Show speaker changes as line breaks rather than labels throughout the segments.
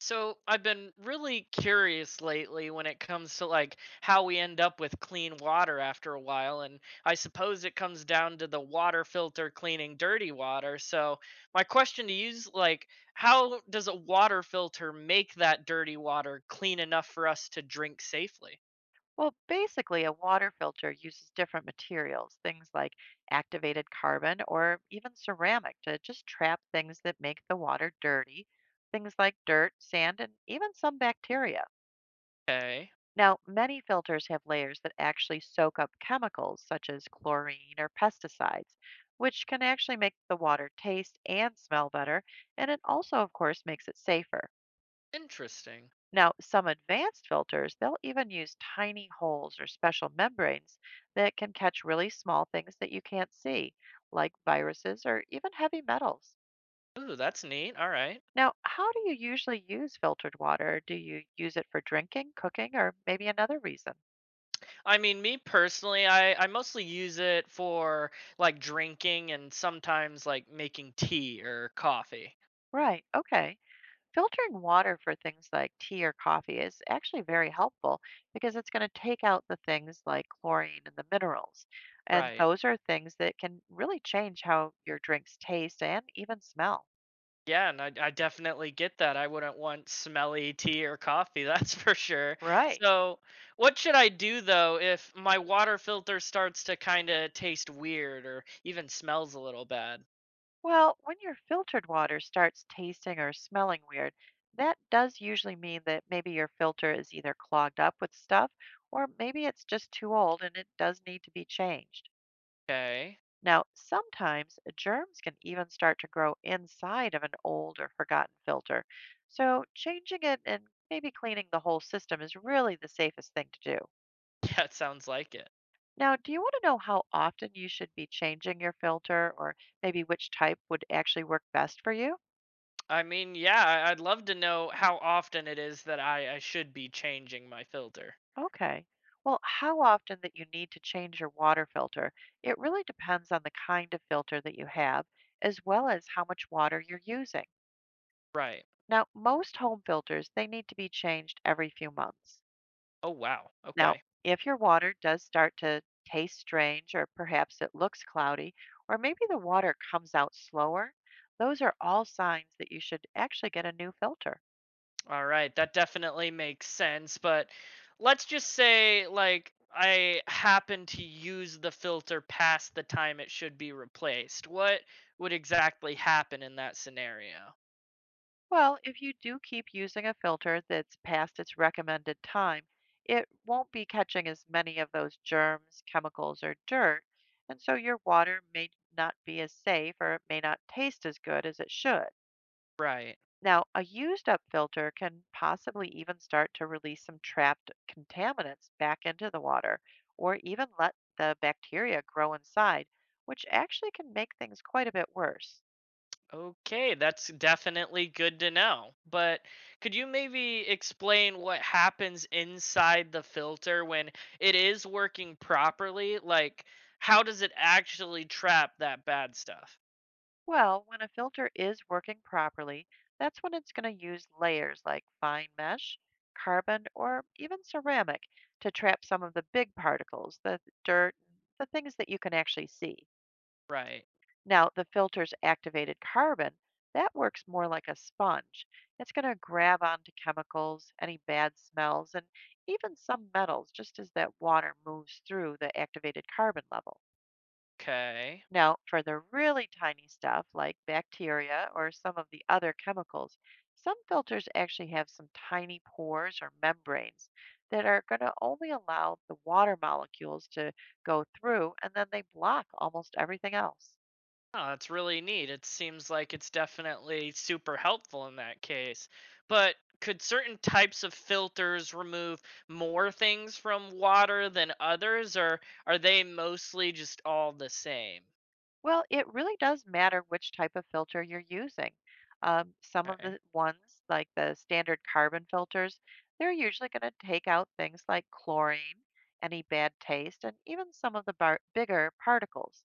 So I've been really curious lately when it comes to how we end up with clean water after a while, and I suppose it comes down to the water filter cleaning dirty water. So my question to you is how does a water filter make that dirty water clean enough for us to drink safely?
Well, basically, a water filter uses different materials, things like activated carbon or even ceramic, to just trap things that make the water dirty, things like dirt, sand, and even some bacteria.
Okay.
Now, many filters have layers that actually soak up chemicals such as chlorine or pesticides, which can actually make the water taste and smell better, and it also, of course, makes it safer.
Interesting.
Now, some advanced filters, they'll even use tiny holes or special membranes that can catch really small things that you can't see, like viruses or even heavy metals.
Ooh, that's neat. All right.
Now, how do you usually use filtered water? Do you use it for drinking, cooking, or maybe another reason?
I mean, me personally, I mostly use it for like drinking and sometimes like making tea or coffee.
Right, okay. Filtering water for things like tea or coffee is actually very helpful because it's going to take out the things like chlorine and the minerals. And
Right.
those are things that can really change how your drinks taste and even smell.
Yeah, and I definitely get that. I wouldn't want smelly tea or coffee, that's for sure.
Right.
So, what should I do though if my water filter starts to kind of taste weird or even smells a little bad?
Well, when your filtered water starts tasting or smelling weird, that does usually mean that maybe your filter is either clogged up with stuff or maybe it's just too old and it does need to be changed.
Okay.
Now, sometimes germs can even start to grow inside of an old or forgotten filter. So, changing it and maybe cleaning the whole system is really the safest thing to do.
Yeah, it sounds like it.
Now, do you want to know how often you should be changing your filter or maybe which type would actually work best for you?
I mean, yeah, I'd love to know how often it is that I should be changing my filter.
Okay. Well, how often that you need to change your water filter, it really depends on the kind of filter that you have, as well as how much water you're using.
Right.
Now, most home filters, they need to be changed every few months.
Oh, wow.
Now,
Okay.
if your water does start to taste strange or perhaps it looks cloudy or maybe the water comes out slower, those are all signs that you should actually get a new filter.
All right, that definitely makes sense, but let's just say like I happen to use the filter past the time it should be replaced. What would exactly happen in that scenario?
Well, if you do keep using a filter that's past its recommended time, it won't be catching as many of those germs, chemicals, or dirt, and so your water may not be as safe or it may not taste as good as it should.
Right.
Now, a used up filter can possibly even start to release some trapped contaminants back into the water or even let the bacteria grow inside, which actually can make things quite a bit worse.
Okay, that's definitely good to know. But could you maybe explain what happens inside the filter when it is working properly? Like, how does it actually trap that bad stuff?
Well, when a filter is working properly, that's when it's going to use layers like fine mesh, carbon, or even ceramic to trap some of the big particles, the dirt, the things that you can actually see.
Right.
Now, the filter's activated carbon, that works more like a sponge. It's going to grab onto chemicals, any bad smells, and even some metals just as that water moves through the activated carbon level.
Okay.
Now, for the really tiny stuff like bacteria or some of the other chemicals, some filters actually have some tiny pores or membranes that are going to only allow the water molecules to go through and then they block almost everything else.
Oh, that's really neat. It seems like it's definitely super helpful in that case. But could certain types of filters remove more things from water than others, or are they mostly just all the same?
Well, it really does matter which type of filter you're using. Some of
Okay.
the ones, like the standard carbon filters, they're usually going to take out things like chlorine, any bad taste, and even some of the bigger particles,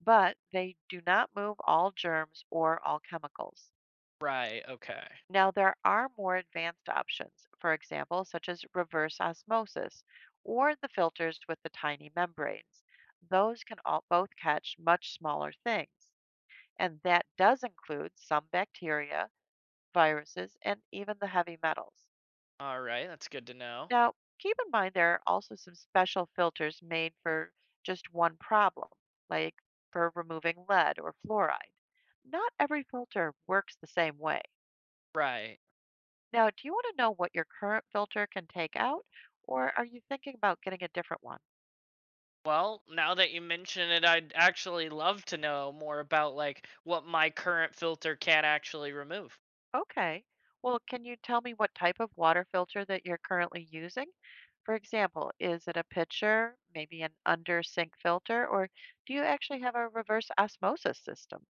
but they do not move all germs or all chemicals.
Right, okay.
Now, there are more advanced options, for example, such as reverse osmosis or the filters with the tiny membranes. Those can all, both catch much smaller things and that does include some bacteria, viruses, and even the heavy metals.
All right, that's good to know.
Now, keep in mind there are also some special filters made for just one problem, like for removing lead or fluoride. Not every filter works the same way.
Right.
Now, do you want to know what your current filter can take out, or are you thinking about getting a different one?
Well, now that you mention it, I'd actually love to know more about like what my current filter can actually remove.
Okay. Well, can you tell me what type of water filter that you're currently using? For example, is it a pitcher, maybe an under sink filter, or do you actually have a reverse osmosis system?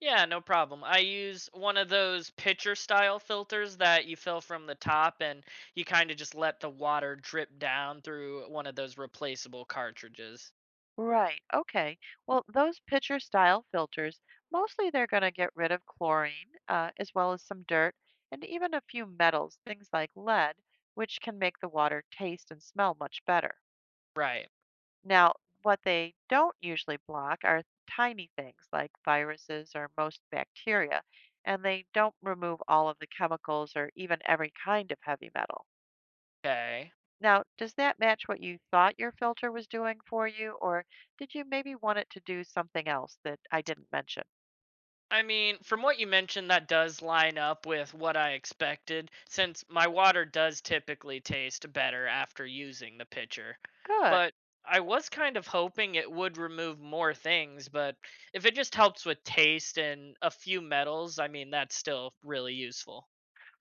Yeah, no problem. I use one of those pitcher style filters that you fill from the top, and you kind of just let the water drip down through one of those replaceable cartridges.
Right. Okay. Well, those pitcher style filters, mostly they're going to get rid of chlorine, as well as some dirt and even a few metals, things like lead, which can make the water taste and smell much better.
Right.
Now, what they don't usually block are tiny things like viruses or most bacteria, and they don't remove all of the chemicals or even every kind of heavy metal.
Okay.
Now, does that match what you thought your filter was doing for you, or did you maybe want it to do something else that I didn't mention?
I mean, from what you mentioned, that does line up with what I expected, since my water does typically taste better after using the pitcher.
Good.
But I was kind of hoping it would remove more things, but if it just helps with taste and a few metals, I mean, that's still really useful.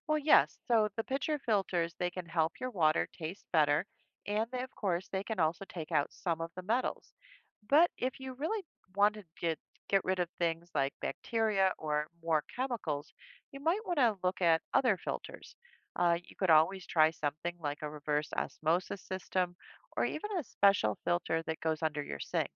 Well, yes. So the pitcher filters, they can help your water taste better, and they, of course, they can also take out some of the metals. But if you really want to get rid of things like bacteria or more chemicals, you might want to look at other filters. You could always try something like a reverse osmosis system or even a special filter that goes under your sink.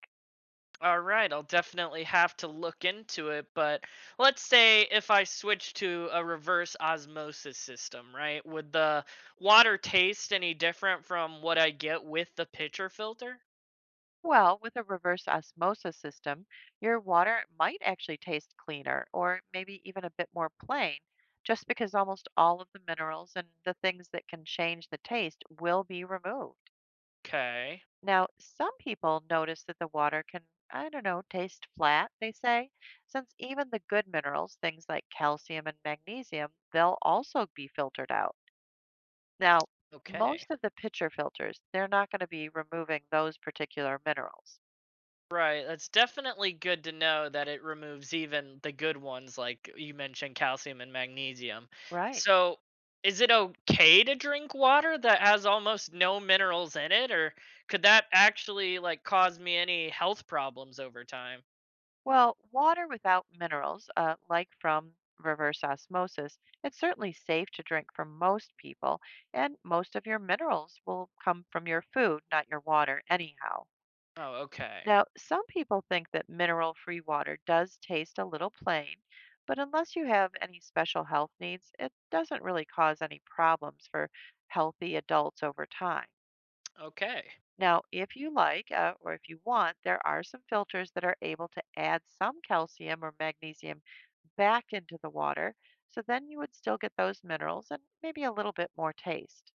All right, I'll definitely have to look into it, but let's say if I switch to a reverse osmosis system, right? Would the water taste any different from what I get with the pitcher filter?
Well, with a reverse osmosis system, your water might actually taste cleaner or maybe even a bit more plain, just because almost all of the minerals and the things that can change the taste will be removed.
Okay.
Now, some people notice that the water can, I don't know, taste flat, they say, since even the good minerals, things like calcium and magnesium, they'll also be filtered out. Now,
Okay.
most of the pitcher filters, they're not going to be removing those particular minerals.
Right, that's definitely good to know that it removes even the good ones like you mentioned, calcium and magnesium.
Right.
So, is it okay to drink water that has almost no minerals in it, or could that actually like cause me any health problems over time?
Well, water without minerals, like from reverse osmosis, it's certainly safe to drink for most people, and most of your minerals will come from your food, not your water, anyhow.
Oh, okay.
Now, some people think that mineral free water does taste a little plain, but unless you have any special health needs, it doesn't really cause any problems for healthy adults over time.
Okay.
Now, if you like, or if you want, there are some filters that are able to add some calcium or magnesium back into the water. So then you would still get those minerals and maybe a little bit more taste.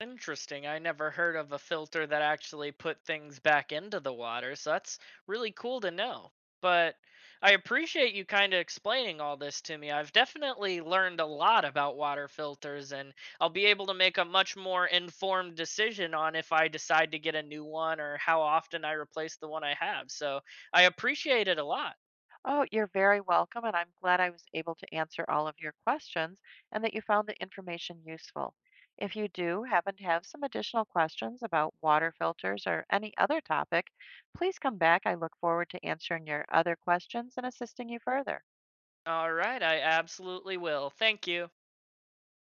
Interesting. I never heard of a filter that actually put things back into the water, so that's really cool to know. But I appreciate you kind of explaining all this to me. I've definitely learned a lot about water filters, and I'll be able to make a much more informed decision on if I decide to get a new one or how often I replace the one I have. So I appreciate it a lot.
Oh, you're very welcome, and I'm glad I was able to answer all of your questions and that you found the information useful. If you do happen to have some additional questions about water filters or any other topic, please come back. I look forward to answering your other questions and assisting you further.
All right, I absolutely will. Thank you.